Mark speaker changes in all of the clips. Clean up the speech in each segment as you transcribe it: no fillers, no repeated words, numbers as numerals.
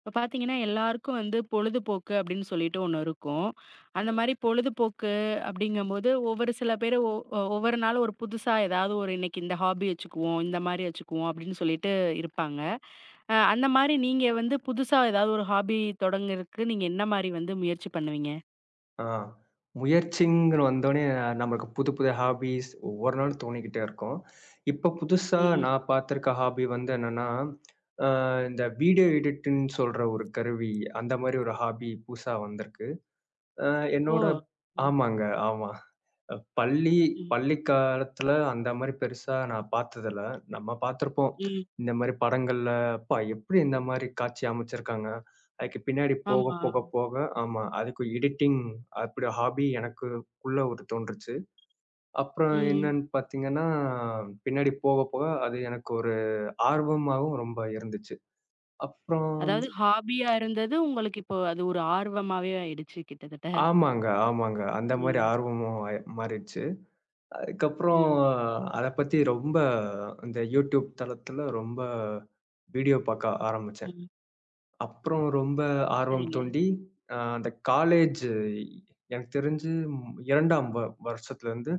Speaker 1: இப்ப பார்த்தீங்கன்னா, எல்லாருக்கும் வந்து பொழுதுபோக்கு அப்படின்னு சொல்லிட்டு ஒண்ணு இருக்கும். அந்த மாரி பொழுதுபோக்கு அப்படிங்கும்போது, ஒவ்வொரு சில பேரு ஒவ்வொரு நாளும் ஒரு புதுசா ஏதாவது ஒரு இன்னைக்கு இந்த ஹாபி வச்சுக்குவோம், இந்த மாரி வச்சுக்குவோம் அப்படின்னு சொல்லிட்டு இருப்பாங்க. அந்த மாரி நீங்க வந்து புதுசா ஏதாவது ஒரு ஹாபி தொடங்குறதுக்கு நீங்க என்ன மாரி வந்து முயற்சி பண்ணுவீங்க?
Speaker 2: ஆ. முயற்சிங்கிற வந்தோனே நம்மளுக்கு புது புது ஹாபீஸ் ஒவ்வொரு நாளும் தோணிக்கிட்டே இருக்கும். இப்ப புதுசா
Speaker 1: ம்.
Speaker 2: நான் பார்த்திருக்க ஹாபி வந்து என்னன்னா, அ இந்த வீடியோ எடிட்டுன்னு சொல்ற ஒரு கருவி, அந்த மாரி ஒரு ஹாபி புதுசா வந்திருக்கு. அ
Speaker 1: ஓ!
Speaker 2: என்னோட
Speaker 1: ம்,
Speaker 2: ஆமாங்க, ஆமா. அ பள்ளி
Speaker 1: ம்,
Speaker 2: பள்ளி காலத்துல அந்த மாரி பெருசா நான் பார்த்ததில்ல. நம்ம பார்த்திருப்போம்.
Speaker 1: ம்.
Speaker 2: இந்த மாரி படங்கள்ல, "அப்பா! எப்படி இந்த மாரி காட்சி அமைச்சிருக்காங்க?" அதுக்கு பின்னாடி போக,
Speaker 1: ஆமா.
Speaker 2: போக, போக. ஆமா. அதுக்கு எடிட்டிங் அப்படி ஹாபி எனக்குள்ள ஒரு தோன்றுச்சு. அப்புறம்
Speaker 1: ம்.
Speaker 2: என்னன்னு பார்த்தீங்கன்னா, பின்னாடி போக, போக அது எனக்கு ஒரு ஆர்வமாவும் ரொம்ப இருந்துச்சு. அப்புறம்
Speaker 1: அதாவது ஹாபியா இருந்தது உங்களுக்கு இப்போ அது ஒரு ஆர்வமாவே ஆயிடுச்சு கிட்டத்தட்ட.
Speaker 2: ஆமாங்க, ஆமாங்க. அந்த மாரி
Speaker 1: ம்,
Speaker 2: ஆர்வமும் ஆய மாறிடுச்சு. அதுக்கப்புறம்
Speaker 1: ம்,
Speaker 2: அத பத்தி ரொம்ப இந்த YouTube தளத்துல ரொம்ப வீடியோ பார்க்க ஆரம்பிச்சேன்.
Speaker 1: ம்.
Speaker 2: அப்புறம் ரொம்ப ஆர்வம்
Speaker 1: சரிங்க.
Speaker 2: தூண்டி, அந்த காலேஜ் எனக்கு தெரிஞ்சு 2ஆம் வருஷத்துலருந்து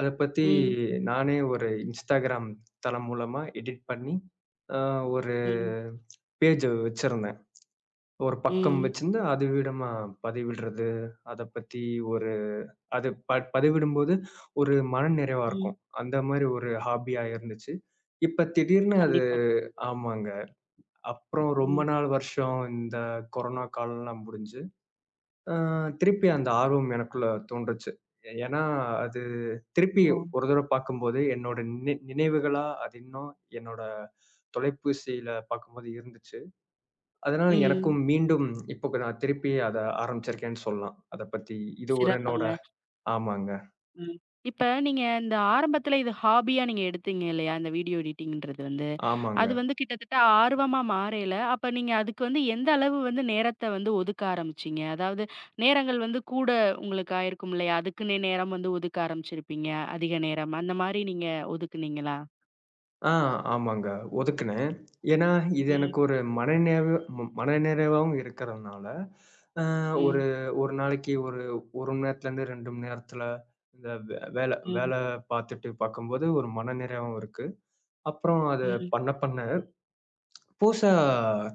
Speaker 2: அத பத்தி
Speaker 1: ம்,
Speaker 2: நானே ஒரு Instagram தளம் மூலமா எடிட் பண்ணி, அ ஒரு
Speaker 1: ம்.
Speaker 2: பேஜ் வச்சிருந்தேன். ஒரு பக்கம்
Speaker 1: ம்,
Speaker 2: வச்சிருந்து அது விடமா பதிவிடுறது, அத பத்தி ஒரு அது பதிவிடும்போது ஒரு மனநிறைவா
Speaker 1: ம்.
Speaker 2: இருக்கும். அந்த மாரி ஒரு ஹாபியா இருந்துச்சு. இப்ப திடீர்னு அது
Speaker 1: கண்டிப்பாங்க.
Speaker 2: ஆமாங்க. அப்புறம் ரொம்ப
Speaker 1: ம்.
Speaker 2: நாள் வருஷம் இந்த கொரோனா காலம்லாம் முடிஞ்சு, அ திருப்பி அந்த ஆர்வம் எனக்குள்ள தோன்றுச்சு. ஏன்னா, அது திருப்பி
Speaker 1: ஓ!
Speaker 2: ஒரு தடவ பார்க்கும்போது என்னோட நினைவுகளா அது இன்னும் என்னோட தொலைபேசியில பார்க்கும்போது இருந்துச்சு. அதனால
Speaker 1: ம்.
Speaker 2: எனக்கும் மீண்டும் இப்போ நான் திருப்பி அத ஆரம்பிச்சிருக்கேன்னு சொல்லலாம். அத பத்தி இது ஒரு என்னோட
Speaker 1: சிறப்புங்க.
Speaker 2: ஆமாங்க,
Speaker 1: ம். இப்ப நீங்க இந்த ஆரம்பத்துல இது ஹாபியா நீங்க எடுத்தீங்க இல்லையா? இந்த வீடியோ எடிட்டிங்ன்றது வந்து.
Speaker 2: ஆமாங்க.
Speaker 1: அது வந்து கிட்டத்தட்ட ஆர்வமா மாறையில, அப்ப நீங்க அதுக்கு வந்து எந்த அளவு வந்து நேரத்த வந்து ஒதுக்க ஆரம்பிச்சீங்க? அதாவது நேரங்கள் வந்து கூட உங்களுக்கு ஆயிருக்கும் இல்லையா? அதுக்குன்னே நேரம் வந்து ஒதுக்க ஆரம்பிச்சிருப்பீங்க. அதிக நேரம். அந்த மாரி நீங்க ஒதுக்குனீங்களா?
Speaker 2: ஆ ஆமாங்க. ஒதுக்குனேன். ஏன்னா, இது
Speaker 1: ம்,
Speaker 2: எனக்கு ஒரு மனநிறைவு மனநிறைவாவும் இருக்கிறதுனால, அ ஒரு
Speaker 1: ம்,
Speaker 2: ஒரு நாளைக்கு ஒரு 1 மணி நேரத்துலேருந்து 2 மணி நேரத்துல இந்த வே வேல வேல
Speaker 1: ம்,
Speaker 2: பார்த்துட்டு பார்க்கும்போது ஒரு மனநிறைவும் இருக்கு. அப்புறம் அது
Speaker 1: ம்.
Speaker 2: பண்ண பண்ண புதுசா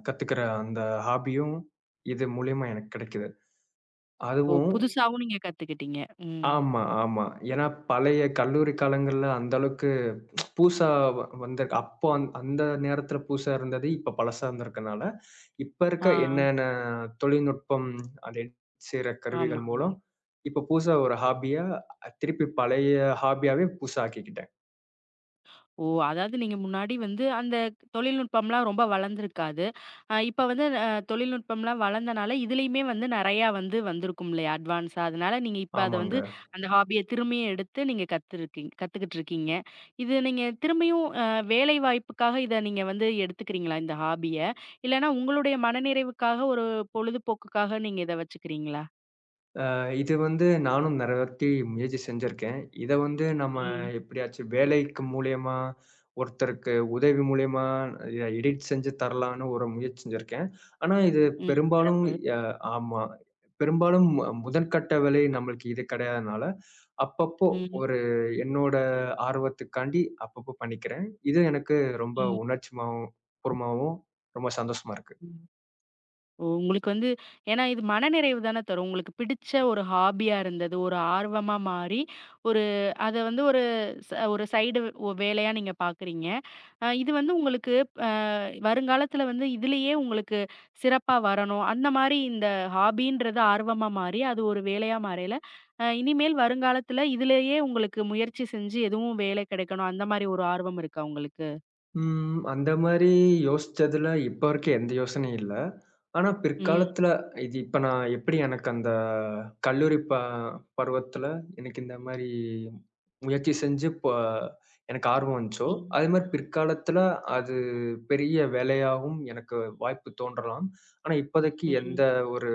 Speaker 2: கத்துக்கிற அந்த ஹாபியும் இது மூலியமா எனக்கு கிடைக்குது.
Speaker 1: ஓ!
Speaker 2: அதுவும்
Speaker 1: புதுசாவும் நீங்க கத்துக்கிட்டீங்க. ம்.
Speaker 2: ஆமா, ஆமா. ஏன்னா பழைய கல்லூரி காலங்கள்ல அந்த அளவுக்கு பூசா வந்திருக்கு. அப்போ அந்த நேரத்தில புதுசா இருந்தது. இப்ப பழசா இருந்திருக்கனால, இப்ப
Speaker 1: ஆ.
Speaker 2: இருக்க என்னென்ன தொழில்நுட்பம் அதை செய்ற கருவிகள்
Speaker 1: ஆமா.
Speaker 2: மூலம், இப்ப புதுசா ஒரு ஹாபியா திருப்பி பழைய ஹாபியாவே புதுசா ஆக்கிக்கிட்டேன்.
Speaker 1: ஓ! அதாவது நீங்க முன்னாடி வந்து அந்த தொழில்நுட்பம்லாம் ரொம்ப வளர்ந்திருக்காது. இப்ப வந்து தொழில்நுட்பம்லாம் வளர்ந்தனால, இதுலயுமே வந்து நெறையா வந்து வந்திருக்கும் இல்லையா? அட்வான்ஸா. அதனால நீங்க இப்ப அத வந்து
Speaker 2: ஆமாங்க.
Speaker 1: அந்த ஹாபிய திரும்பியும் எடுத்து நீங்க கத்துக்கிட்டுருக்கீங்க. இது நீங்க திரும்பியும் வேலை வாய்ப்புக்காக இத நீங்க வந்து எடுத்துக்கிறீங்களா? இந்த ஹாபிய? இல்லன்னா உங்களுடைய மனநிறைவுக்காக, ஒரு பொழுதுபோக்குக்காக நீங்க இத வச்சுக்கிறீங்களா?
Speaker 2: இது வந்து நானும் நெறைய வாட்டி முயற்சி செஞ்சிருக்கேன். இத வந்து நம்ம
Speaker 1: ம்.
Speaker 2: எப்படியாச்சும் வேலைக்கு மூலியமா, ஒருத்தருக்கு உதவி மூலியமா எடிட் செஞ்சு தரலான்னு ஒரு முயற்சி செஞ்சிருக்கேன். ஆனா இது
Speaker 1: ம்.
Speaker 2: பெரும்பாலும்
Speaker 1: சிறப்பு.
Speaker 2: ய ஆமா. பெரும்பாலும் முதற்கட்ட வேலை நம்மளுக்கு இது கிடையாதனால, அப்பப்போ
Speaker 1: ம்.
Speaker 2: ஒரு என்னோட ஆர்வத்துக்காண்டி அப்பப்போ பண்ணிக்கிறேன். இது எனக்கு ரொம்ப
Speaker 1: ம்.
Speaker 2: உணர்ச்சிமாவும் பூர்வமாவும் ரொம்ப சந்தோஷமா இருக்கு.
Speaker 1: ம். ஓ! உங்களுக்கு வந்து ஏன்னா இது மனநிறைவு தானே தரும். உங்களுக்கு பிடிச்ச ஒரு ஹாபியா இருந்தது. ஒரு ஆர்வமா மாறி, ஒரு அத வந்து ஒரு ஒரு சைடு வேலையா நீங்க பார்க்குறீங்க. இது வந்து உங்களுக்கு அ வருங்காலத்தில வந்து இதிலேயே உங்களுக்கு சிறப்பா வரணும். அந்த மாரி இந்த ஹாபின்றது ஆர்வமா மாறி, அது ஒரு வேலையா மாறையில, இனிமேல் வருங்காலத்தில இதிலேயே உங்களுக்கு முயற்சி செஞ்சு எதுவும் வேலை கிடைக்கணும். அந்த மாரி ஒரு ஆர்வம் இருக்கா உங்களுக்கு?
Speaker 2: ம். அந்த மாரி யோசிச்சதுல இப்ப வரைக்கும் எந்த யோசனையும் இல்ல. ஆனா
Speaker 1: ம்,
Speaker 2: பிற்காலத்துல இது இப்ப நான் எப்படி எனக்கு அந்த கல்லூரி பருவத்துல எனக்கு இந்த மாரி முயற்சி செஞ்சு எனக்கு ஆர்வம் வந்துச்சோ,
Speaker 1: ம்,
Speaker 2: அதே மாரி பிற்காலத்துல அது பெரிய வேலையாவும் எனக்கு வாய்ப்பு தோன்றலாம். ஆனா இப்போதைக்கு எந்த
Speaker 1: ம்,
Speaker 2: ஒரு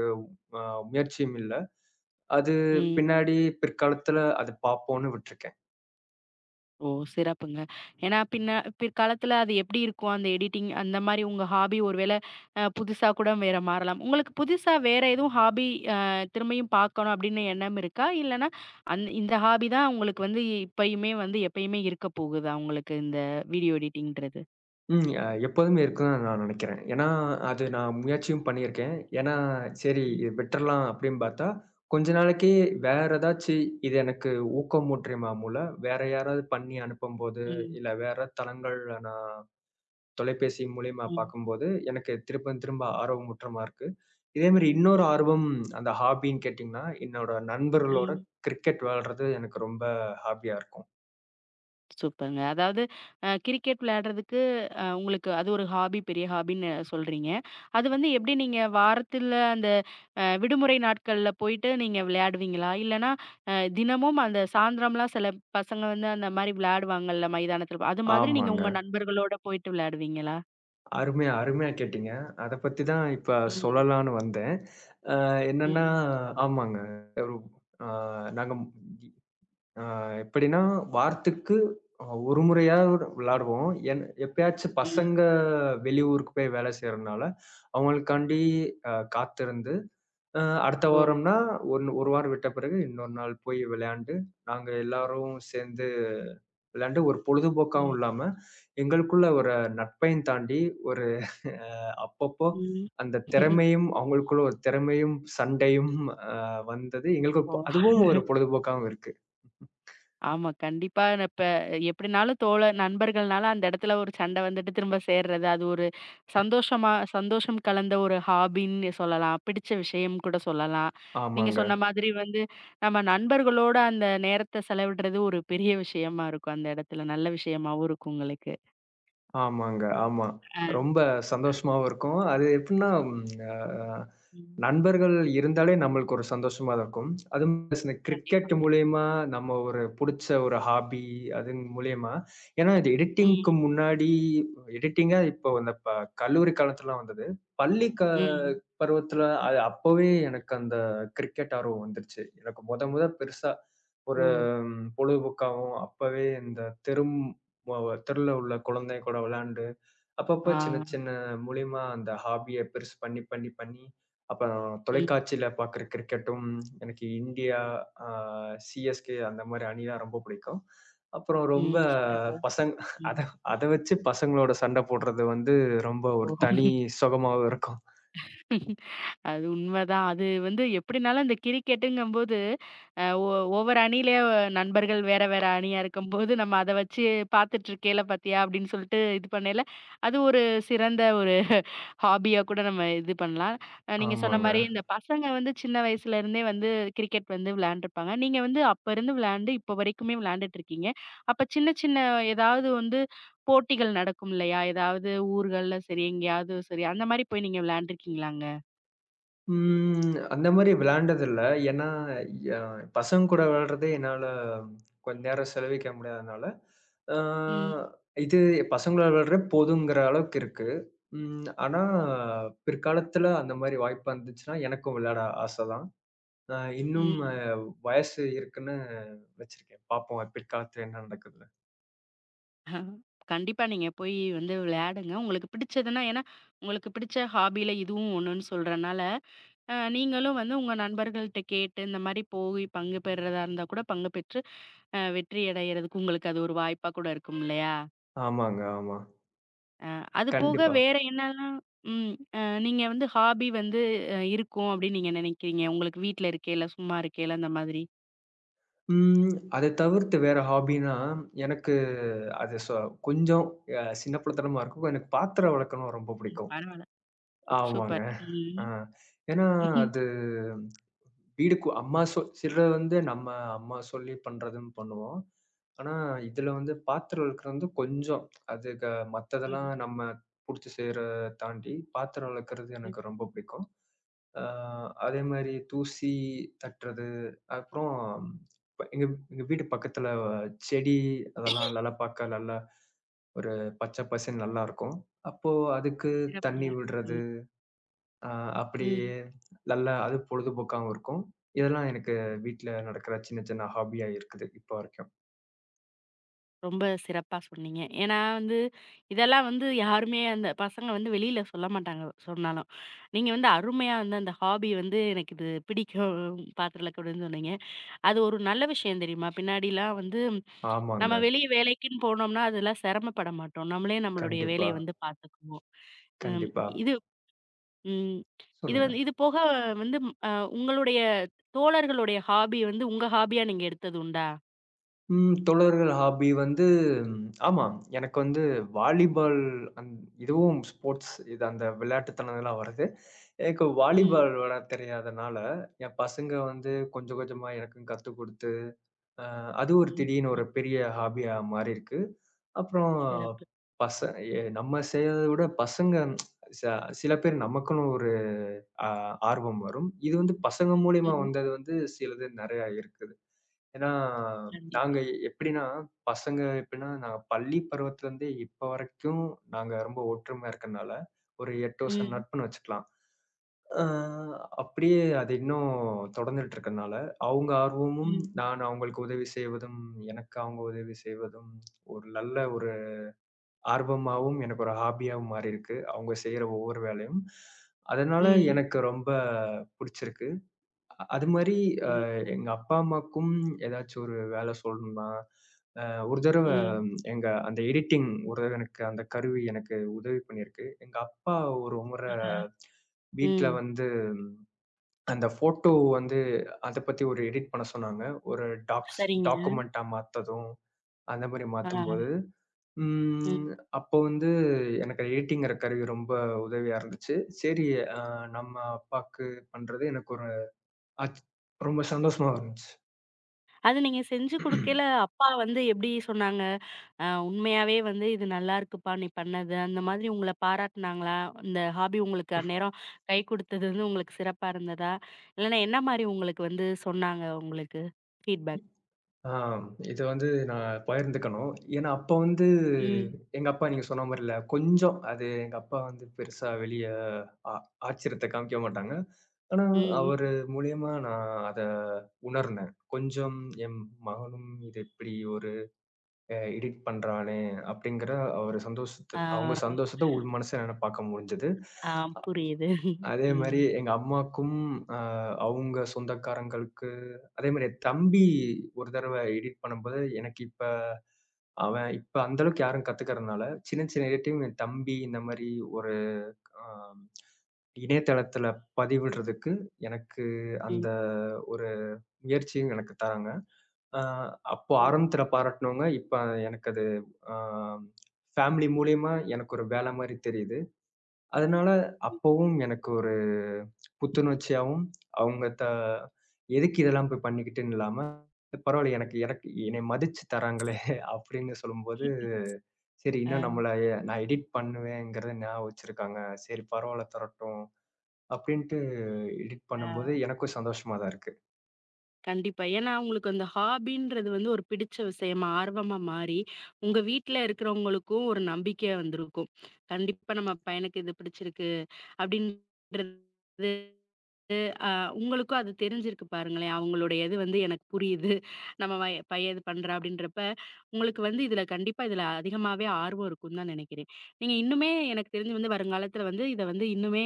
Speaker 2: அ முயற்சியும் இல்ல. அது
Speaker 1: ம்.
Speaker 2: பின்னாடி பிற்காலத்துல அது பார்ப்போம்னு விட்டுருக்கேன்.
Speaker 1: ஓ! சிறப்புங்க. ஏன்னா பிற்காலத்துல அது எப்படி இருக்கும்? அந்த எடிட்டிங் அந்த மாரி உங்க ஹாபி ஒரு வேள புதுசா கூட வேற மாறலாம். உங்களுக்கு புதுசா வேற எதுவும் ஹாபி அ திரும்பியும் பார்க்கணும் அப்படின்னு எண்ணம் இருக்கா? இல்லன்னா இந்த ஹாபி தான் உங்களுக்கு வந்து இப்பயுமே வந்து எப்பயுமே இருக்க போகுதா உங்களுக்கு இந்த வீடியோ எடிட்டிங்ன்றது?
Speaker 2: ம். எப்போதுமே இருக்கும் தான் நான் நினைக்கிறேன். ஏன்னா, அது நான் முயற்சியும் பண்ணியிருக்கேன். ஏன்னா, சரி இது
Speaker 1: ம்,
Speaker 2: விட்டுறலாம் அப்படின்னு பார்த்தா, கொஞ்ச நாளைக்கு வேற ஏதாச்சு இது எனக்கு ஊக்கமூட்டுமா மூல, வேற யாராவது பண்ணி அனுப்பும்போது,
Speaker 1: ம்,
Speaker 2: இல்ல வேற தளங்கள்ல நான் தொலைபேசி மூலியமா
Speaker 1: ம்,
Speaker 2: பார்க்கும்போது, எனக்கு திரும்ப திரும்ப ஆர்வமூட்டமா இருக்கு. இதே மாரி இன்னொரு ஆர்வம் அந்த ஹாபின்னு கேட்டீங்கன்னா, என்னோட நண்பர்களோட
Speaker 1: ம்.
Speaker 2: கிரிக்கெட் விளையாடுறது எனக்கு ரொம்ப ஹாபியா இருக்கும்.
Speaker 1: சூப்பர்ங்க. அதாவது கிரிக்கெட் விளையாடுறதுக்கு உங்களுக்கு அது ஒரு ஹாபி, பெரிய ஹாபின்னு சொல்றீங்க. அது வந்து எப்படி நீங்க வாரத்தில அந்த விடுமுறை நாட்கள்ல போயிட்டு நீங்க விளையாடுவீங்களா? இல்லன்னா தினமும் அந்த சாயந்திரம்லாம் சில பசங்க வந்து அந்த மாரி விளையாடுவாங்கல்ல மைதானத்தில. அது மாதிரி நீங்க உங்க
Speaker 2: ஆமாங்க.
Speaker 1: நண்பர்களோட போயிட்டு விளையாடுவீங்களா?
Speaker 2: அருமையா, அருமையா கேட்டீங்க. அத பத்தி தான் இப்ப
Speaker 1: ம்.
Speaker 2: சொல்லலான்னு வந்தேன். அ என்னன்னா
Speaker 1: ம்.
Speaker 2: ஆமாங்க. ஒரு அ நாங்க அ எப்படின்னா, வாரத்துக்கு ஒரு முறையாவது விளையாடுவோம். என் எப்பயாச்சும்
Speaker 1: ம்.
Speaker 2: பசங்க வெளியூருக்கு போய் வேலை செய்றனால, அவங்களுக்காண்டி காத்திருந்து, அ அடுத்த
Speaker 1: ஓ!
Speaker 2: வாரம்னா, 1 வாரம் விட்ட பிறகு இன்னொரு நாள் போய் விளையாண்டு, நாங்க எல்லாரும் சேர்ந்து விளையாண்டு ஒரு பொழுதுபோக்காவும்
Speaker 1: ம்.
Speaker 2: இல்லாம, எங்களுக்குள்ள ஒரு நட்பையும் தாண்டி ஒரு அ அப்பப்போ
Speaker 1: ம்.
Speaker 2: அந்த திறமையும் அவங்களுக்குள்ள ஒரு திறமையும், சண்டையும் அ வந்தது எங்களுக்கு ஒரு
Speaker 1: ஓ!
Speaker 2: அதுவும் ஒரு பொழுதுபோக்காவும் இருக்கு.
Speaker 1: ஆமா. கண்டிப்பா. நான் இப்ப எப்படினாலும் தோழர் நண்பர்கள்னால அந்த இடத்துல ஒரு சண்டை வந்துட்டு திரும்ப சேர்றது. அது ஒரு சந்தோஷமா சந்தோஷம் கலந்த ஒரு ஹாபின்னு சொல்லலாம். பிடிச்ச விஷயம் கூட சொல்லலாம். நீங்க
Speaker 2: ஆமாங்க.
Speaker 1: சொன்ன மாதிரி வந்து நம்ம நண்பர்களோட அந்த நேரத்த செலவிடுறது ஒரு பெரிய விஷயமா இருக்கும். அந்த இடத்துல நல்ல விஷயமாவும் இருக்கும் உங்களுக்கு.
Speaker 2: ஆமாங்க. ஆமா.
Speaker 1: ஆ.
Speaker 2: ரொம்ப சந்தோஷமாவும் இருக்கும். அது எப்டின்னா ம் அ
Speaker 1: ம்.
Speaker 2: நண்பர்கள் இருந்தாலே நம்மளுக்கு ஒரு சந்தோஷமா தான் இருக்கும். அதுவும் இந்த கிரிக்கெட்
Speaker 1: கண்டிப்பாங்க.
Speaker 2: மூலியமா நம்ம ஒரு புடிச்ச ஒரு ஹாபி அது மூலியமா ஏன்னா இது எடிட்டிங்க்கு
Speaker 1: ம்.
Speaker 2: முன்னாடி எடிட்டிங்கா இப்போ இந்த கல்லூரி காலத்துலலாம் வந்தது. பள்ளி
Speaker 1: ம்.
Speaker 2: பருவத்துல அது அப்பவே எனக்கு அந்த கிரிக்கெட் ஆர்வம் வந்துருச்சு. எனக்கு மொத மொத பெருசா ஒரு
Speaker 1: ஓ!
Speaker 2: ம், பொழுதுபோக்காவும் அப்பவே இந்த தெரும் மொ தெருல உள்ள குழந்தை கூட விளையாண்டு, அப்பப்போ
Speaker 1: ஆ.
Speaker 2: சின்ன சின்ன மூலியமா அந்த ஹாபிய பெருசு பண்ணி, பண்ணி, பண்ணி அப்புறம்
Speaker 1: ம்.
Speaker 2: தொலைக்காட்சியில பார்க்குற கிரிக்கெட்டும் எனக்கு இந்தியா, அ சிஎஸ்கே அந்த மாரி அணிலாம் ரொம்ப பிடிக்கும். அப்புறம் ரொம்ப
Speaker 1: ம். சிறப்பு.
Speaker 2: பசங் அத
Speaker 1: ம்.
Speaker 2: அத வச்சு பசங்களோட சண்ட போடுறது வந்து ரொம்ப ஒரு
Speaker 1: ஓ!
Speaker 2: தனி சுகமாவும் இருக்கும்.
Speaker 1: அது உண்மதான். அது வந்து எப்படினாலும் அந்த கிரிக்கெட்டுங்கும்போது, அ ஒ ஒவ்வொரு அணியிலே நண்பர்கள் வேற வேற அணியா இருக்கும்போது, நம்ம அத வச்சு பார்த்துட்டு இருக்கேல பார்த்தியா அப்படின்னு சொல்லிட்டு இது பண்ணையில, அது ஒரு சிறந்த ஒரு ஹாபியா கூட நம்ம இது பண்ணலாம். நீங்க சொன்ன
Speaker 2: ஆமாங்க.
Speaker 1: மாரி இந்த பசங்க வந்து சின்ன வயசுலேருந்தே வந்து கிரிக்கெட் வந்து விளையாண்டுருப்பாங்க. நீங்க வந்து அப்ப இருந்து விளையாண்டு இப்போ வரைக்குமே விளையாண்டுட்டு இருக்கீங்க. அப்ப சின்ன சின்ன ஏதாவது வந்து போட்டிகள் நடக்கும் இல்லையா? ஏதாவது ஊர்கள்ல சரி, எங்கேயாவது சரி, அந்த மாரி போய் நீங்க விளையாண்டுருக்கீங்களாங்க?
Speaker 2: ம். அந்த மாரி விளையாண்டதில்ல. ஏன்னா, ய பசங்க கூட விளையாடுறதே என்னால கொஞ்ச நேரம் செலவழிக்க முடியாதனால, அ
Speaker 1: ம்.
Speaker 2: இது பசங்களோட விளையாடுறதே போதுங்கிற அளவுக்கு இருக்கு. ம். ஆனா, பிற்காலத்துல அந்த மாரி வாய்ப்பு வந்துச்சுன்னா, எனக்கும் விளையாட ஆசை தான். அ இன்னும்
Speaker 1: ம்.
Speaker 2: வயசு இருக்குன்னு வச்சிருக்கேன். பார்ப்போம் பிற்காலத்துல என்ன நடக்குதுன்னு.
Speaker 1: அ கண்டிப்பா நீங்க போய் வந்து விளையாடுங்க. உங்களுக்கு பிடிச்சதுன்னா ஏன்னா, உங்களுக்கு பிடிச்ச ஹாபில இதுவும் ஒண்ணுன்னு சொல்றனால, நீங்களும் வந்து உங்க நண்பர்கள்ட்ட கேட்டு இந்த மாரி போய் பங்கு பெறுறதா இருந்தா கூட பங்கு பெற்று வெற்றி அடையறதுக்கு உங்களுக்கு அது ஒரு வாய்ப்பா கூட இருக்கும் இல்லையா?
Speaker 2: ஆமாங்க, ஆமா.
Speaker 1: அது போக
Speaker 2: கண்டிப்பா.
Speaker 1: வேற என்னலாம் ம். நீங்க வந்து ஹாபி வந்து இருக்கும் அப்படின்னு நீங்க நினைக்கிறீங்க? உங்களுக்கு வீட்ல இருக்கையில, சும்மா இருக்கையில அந்த மாதிரி?
Speaker 2: ம். அத தவிர்த்து வேற ஹாபின்னா, எனக்கு அது கொஞ்சம் சின்னப்பிள்ளத்தனமா இருக்கும். எனக்கு பாத்திரம் வெளக்கணும் ரொம்ப
Speaker 1: ம்.
Speaker 2: பிடிக்கும்.
Speaker 1: பரவால்ல.
Speaker 2: ஆமாங்க.
Speaker 1: சூப்பர்.
Speaker 2: ஆ.
Speaker 1: ம்.
Speaker 2: ஏன்னா அது வீடு அம்மா சிலது வந்து நம்ம அம்மா சொல்லி பண்றதுன்னு பண்ணுவோம். ஆனா, இதுல வந்து பாத்திரம் விளக்குறது வந்து கொஞ்சம் அது மத்ததெல்லாம்
Speaker 1: ம்.
Speaker 2: நம்ம புடிச்சு செய்றத தாண்டி, பாத்திரம் விளக்குறது
Speaker 1: ம்.
Speaker 2: எனக்கு ரொம்ப பிடிக்கும். அ அதே மாரி தூசி தட்டுறது, அப்புறம் ப எங்க எங்க வீட்டு பக்கத்துல செடி அதெல்லாம் நல்லா பாக்க நல்லா ஒரு பச்சை பசேல்னு நல்லாருக்கும். அப்போ அதுக்கு தண்ணி
Speaker 1: சிறப்புங்க.
Speaker 2: விடுறது.
Speaker 1: ம்.
Speaker 2: ஆ அப்படி
Speaker 1: ம்.
Speaker 2: நல்லா அது பொழுதுபோக்காவும் இருக்கும். இதெல்லாம் எனக்கு வீட்ல நடக்கிற சின்ன, சின்ன ஹாபியா இருக்குது, இப்ப வரைக்கும்.
Speaker 1: ரொம்ப சிறப்பா சொன்னீங்க. ஏன்னா வந்து, இதெல்லாம் வந்து யாருமே அந்த பசங்க வந்து வெளியில சொல்ல மாட்டாங்க சொன்னாலும். நீங்க வந்து அருமையா வந்து அந்த ஹாபி வந்து எனக்கு இது பிடிக்கும் பாத்திரம் விளக்கணும்னு சொன்னீங்க. அது ஒரு நல்ல விஷயம் தெரியுமா? பின்னாடிலாம் வந்து
Speaker 2: ஆமாங்க.
Speaker 1: நம்ம வெளிய வேலைக்குன்னு போனோம்னா, அதெல்லாம் சிரமப்பட மாட்டோம். நம்மளே நம்மளுடைய
Speaker 2: கண்டிப்பா,
Speaker 1: வேலைய வந்து பாத்துக்குவோம். ம்.
Speaker 2: கண்டிப்பா.
Speaker 1: இது ம் இது
Speaker 2: சொல்லுங்க.
Speaker 1: வந்து இது போக வந்து அ உங்களுடைய தோழர்களுடைய ஹாபி வந்து உங்க ஹாபியா நீங்க எடுத்தது உண்டா?
Speaker 2: ம் தொடர்கள் ஹாபி வந்து ம், ஆமா. எனக்கு வந்து வாலிபால் அந் இதுவும் ஸ்போர்ட்ஸ் இது அந்த விளையாட்டுத்தனம் இதெல்லாம் வருது. எனக்கு
Speaker 1: ம்.
Speaker 2: வாலிபால் விளையாட தெரியாதனால, என் பசங்க வந்து கொஞ்சம் கொஞ்சமா எனக்கும் கத்துக் குடுத்து அ அது ஒரு
Speaker 1: ம்.
Speaker 2: திடீர்னு ஒரு
Speaker 1: ம்.
Speaker 2: பெரிய ஹாபியா மாறிருக்கு. அப்புறம்
Speaker 1: சிறப்பு.
Speaker 2: பச
Speaker 1: ம்.
Speaker 2: எ நம்ம செய்றத விட பசங்க ச சில பேர் நமக்குன்னு ஒரு ஆ ஆர்வம் வரும். இது வந்து பசங்க மூலியமா
Speaker 1: ம்.
Speaker 2: வந்தது வந்து சிலது நெறையா இருக்குது. ஏன்னா,
Speaker 1: கண்டிப்பா.
Speaker 2: நாங்க எப்படின்னா, பசங்க எப்படின்னா, நாங்க பள்ளி பருவத்திலருந்தே இப்ப வரைக்கும் நாங்க ரொம்ப ஒற்றுமையா இருக்கனால, ஒரு 8 வருஷம்
Speaker 1: ம்,
Speaker 2: நட்புன்னு வச்சுக்கலாம். அ அப்படியே அது இன்னும் தொடர்ந்துட்டு இருக்கனால, அவங்க ஆர்வமும்,
Speaker 1: ம்,
Speaker 2: நான் அவங்களுக்கு உதவி செய்வதும், எனக்கு அவங்க உதவி செய்வதும், ஒரு நல்ல ஒரு ஆர்வமாவும், எனக்கு ஒரு ஹாபியாவும் மாறியிருக்கு. அவங்க செய்ற ஒவ்வொரு வேலையும். அதனால
Speaker 1: ம்,
Speaker 2: எனக்கு ரொம்ப புடிச்சிருக்கு. அது மாரி அ
Speaker 1: ம்,
Speaker 2: எங்க அப்பா, அம்மாக்கும் ஏதாச்சும் ஒரு வேலை சொல்லணும்னா, ஒரு தடவ
Speaker 1: ம்.
Speaker 2: எங்க அந்த எடிட்டிங் ஒரு தடவ எனக்கு அந்த கருவி எனக்கு உதவி பண்ணியிருக்கு. எங்க அப்பா ஒரு முறை
Speaker 1: ஆஹா!
Speaker 2: வீட்ல
Speaker 1: ம்.
Speaker 2: வந்து அந்த ஃபோட்டோ வந்து அத பத்தி ஒரு எடிட் பண்ண சொன்னாங்க. ஒரு
Speaker 1: சரிங்க.
Speaker 2: டாக்குமென்ட்டா மாத்ததும், அந்த மாரி
Speaker 1: ஆ,
Speaker 2: மாத்தும்போது,
Speaker 1: ம்.
Speaker 2: ம் அப்போ வந்து எனக்கு எடிட்டிங்கிற கருவி ரொம்ப உதவியா இருந்துச்சு. சரி, அ நம்ம அப்பாக்கு பண்றது எனக்கு ஒரு ஆச் ரொம்ப சந்தோஷமா இருந்துச்சு.
Speaker 1: அது நீங்க செஞ்சு குடுக்கையில அப்பா வந்து எப்படி சொன்னாங்க? உண்மையாவே வந்து இது நல்லாருக்குப்பா! நீ பண்ணது. அந்த மாதிரி உங்கள பாராட்டுனாங்களா? இந்த ஹாபி உங்களுக்கு அந்நேரம் கை குடுத்தது வந்து உங்களுக்கு சிறப்பா இருந்ததா? இல்லன்னா என்ன மாரி உங்களுக்கு வந்து சொன்னாங்க உங்களுக்கு ஃபீட்பேக்?
Speaker 2: ஆ இது வந்து நான் பகிர்ந்துக்கணும். ஏன்னா, அப்ப வந்து
Speaker 1: ம்,
Speaker 2: எங்க அப்பா நீங்க சொன்ன மாரில கொஞ்சம் அது எங்க அப்பா வந்து பெருசா வெளிய ஆ ஆச்சரியத்த காமிக்க மாட்டாங்க. ஆனா,
Speaker 1: ம்,
Speaker 2: அவரு
Speaker 1: ம்.
Speaker 2: மூலியமா நான் அத உணர்ந்தேன். கொஞ்சம் என் மகனும் இத இப்டி ஒரு எடிட் பண்றானே! அப்டிங்கிற அவரு சந்தோஷத்த
Speaker 1: ஆ,
Speaker 2: அவங்க சந்தோஷத்த உள் மனசுல என்னால பார்க்க முடிஞ்சது.
Speaker 1: ஆ புரியுது.
Speaker 2: அதே
Speaker 1: ம்,
Speaker 2: மாரி எங்க அம்மாக்கும், அ அவுங்க சொந்தக்காரங்களுக்கு அதே மாரி என் தம்பி ஒரு தடவ எடிட் பண்ணும்போது, எனக்கு இப்ப அவன் இப்ப அந்த அளவுக்கு யாரும் கத்துக்கிறதுனால, சின்ன சின்ன எடிட்டிங் என் தம்பி இந்த மாரி ஒரு அ இணையதளத்தில பதிவிடுறதுக்கு எனக்கு
Speaker 1: ம்,
Speaker 2: அந்த ஒரு முயற்சியும் எனக்கு தராங்க. அ அப்போ
Speaker 1: ம்.
Speaker 2: ஆரம்பத்தில பாராட்டுனவங்க, இப்ப எனக்கு அது அ ஃபேமிலி மூலியமா எனக்கு ஒரு வேலை மாரி தெரியுது. அதனால அப்பவும் எனக்கு ஒரு புத்துணர்ச்சியாவும், அவங்க எதுக்கு இதெல்லாம் போய் பண்ணிக்கிட்டுன்னு இல்லாம, பரவாயில்ல எனக்கு எனக்கு என்னைய மதிச்சு தராங்களே அப்படின்னு சொல்லும்போது, சரி இன்னும்
Speaker 1: ஆ,
Speaker 2: நம்மள நான் எடிட் பண்ணுவேங்கிறத ஞாபகம் வச்சிருக்காங்க. சரி பரவாயில்ல தரட்டும் அப்படின்ட்டு எடிட்
Speaker 1: ஆ.
Speaker 2: பண்ணும்போது எனக்கும் சந்தோஷமா தான் இருக்கு.
Speaker 1: கண்டிப்பா. ஏன்னா, உங்களுக்கு அந்த ஹாபின்றது வந்து ஒரு பிடிச்ச விஷயமா, ஆர்வமா மாறி, உங்க வீட்ல இருக்கிறவங்களுக்கும் ஒரு நம்பிக்கையா வந்திருக்கும். கண்டிப்பா நம்ம பையனுக்கு இது பிடிச்சிருக்கு, அப்படின்றது அ உங்களுக்கும் அது தெரிஞ்சிருக்கு பாருங்களேன். அவங்களுடைய இது வந்து எனக்கு புரியுது. நம்ம வய பையன் இது பண்றான் அப்படின்றப்ப, உங்களுக்கு வந்து இதுல கண்டிப்பா இதுல அதிகமாவே ஆர்வம் இருக்கும்னு தான் நினைக்கிறேன். நீங்க இன்னுமே எனக்கு தெரிஞ்சு வந்து வருங்காலத்துல வந்து இத வந்து இன்னுமே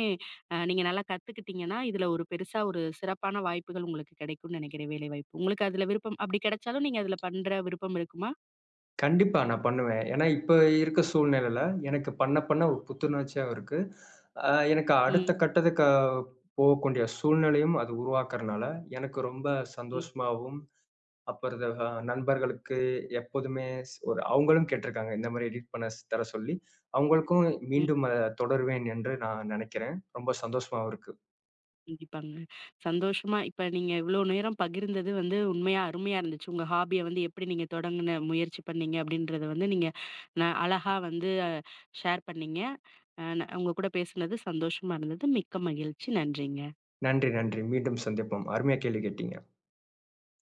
Speaker 1: நீங்க நல்லா கத்துக்கிட்டீங்கன்னா, இதுல ஒரு பெருசா ஒரு சிறப்பான வாய்ப்புகள் உங்களுக்கு கிடைக்கும்னு நினைக்கிறேன் வேலைவாய்ப்பு. உங்களுக்கு அதுல விருப்பம் அப்படி கிடைச்சாலும் நீங்க அதுல பண்ற விருப்பம் இருக்குமா?
Speaker 2: கண்டிப்பா நான் பண்ணுவேன். ஏன்னா, இப்ப இருக்க சூழ்நிலையில எனக்கு பண்ண பண்ண ஒரு புத்துணர்ச்சியாவும் இருக்கு. எனக்கு அடுத்த
Speaker 1: ம்.
Speaker 2: கட்டத்துக்கு போகக்கூடிய சூழ்நிலையும் அது உருவாக்குறனால, எனக்கு ரொம்ப
Speaker 1: ம்.
Speaker 2: சந்தோஷமாவும், அப்புறம் நண்பர்களுக்கு எப்போதுமே ஒரு அவங்களும் கேட்டிருக்காங்க. இந்த மாரி எடிட் பண்ண தர சொல்லி. அவங்களுக்கும்
Speaker 1: ம்.
Speaker 2: மீண்டும் அத தொடருவேன் என்று நான் நெனைக்கிறேன். ரொம்ப சந்தோஷமாவும் இருக்கு.
Speaker 1: கண்டிப்பாங்க. சந்தோஷமா இப்ப நீங்க இவ்ளோ நேரம் பகிர்ந்தது வந்து உண்மையா அருமையா இருந்துச்சு. உங்க ஹாபிய வந்து எப்படி நீங்க தொடங்குன முயற்சி பண்ணீங்க அப்படின்றத வந்து நீங்க அழகா வந்து ஷேர் பண்ணீங்க. அ ந உங்க கூட பேசுனது சந்தோஷமா இருந்தது. மிக்க மகிழ்ச்சி. நன்றிங்க.
Speaker 2: நன்றி, நன்றி. மீண்டும் சந்திப்போம். அருமையா கேள்வி கேட்டீங்க.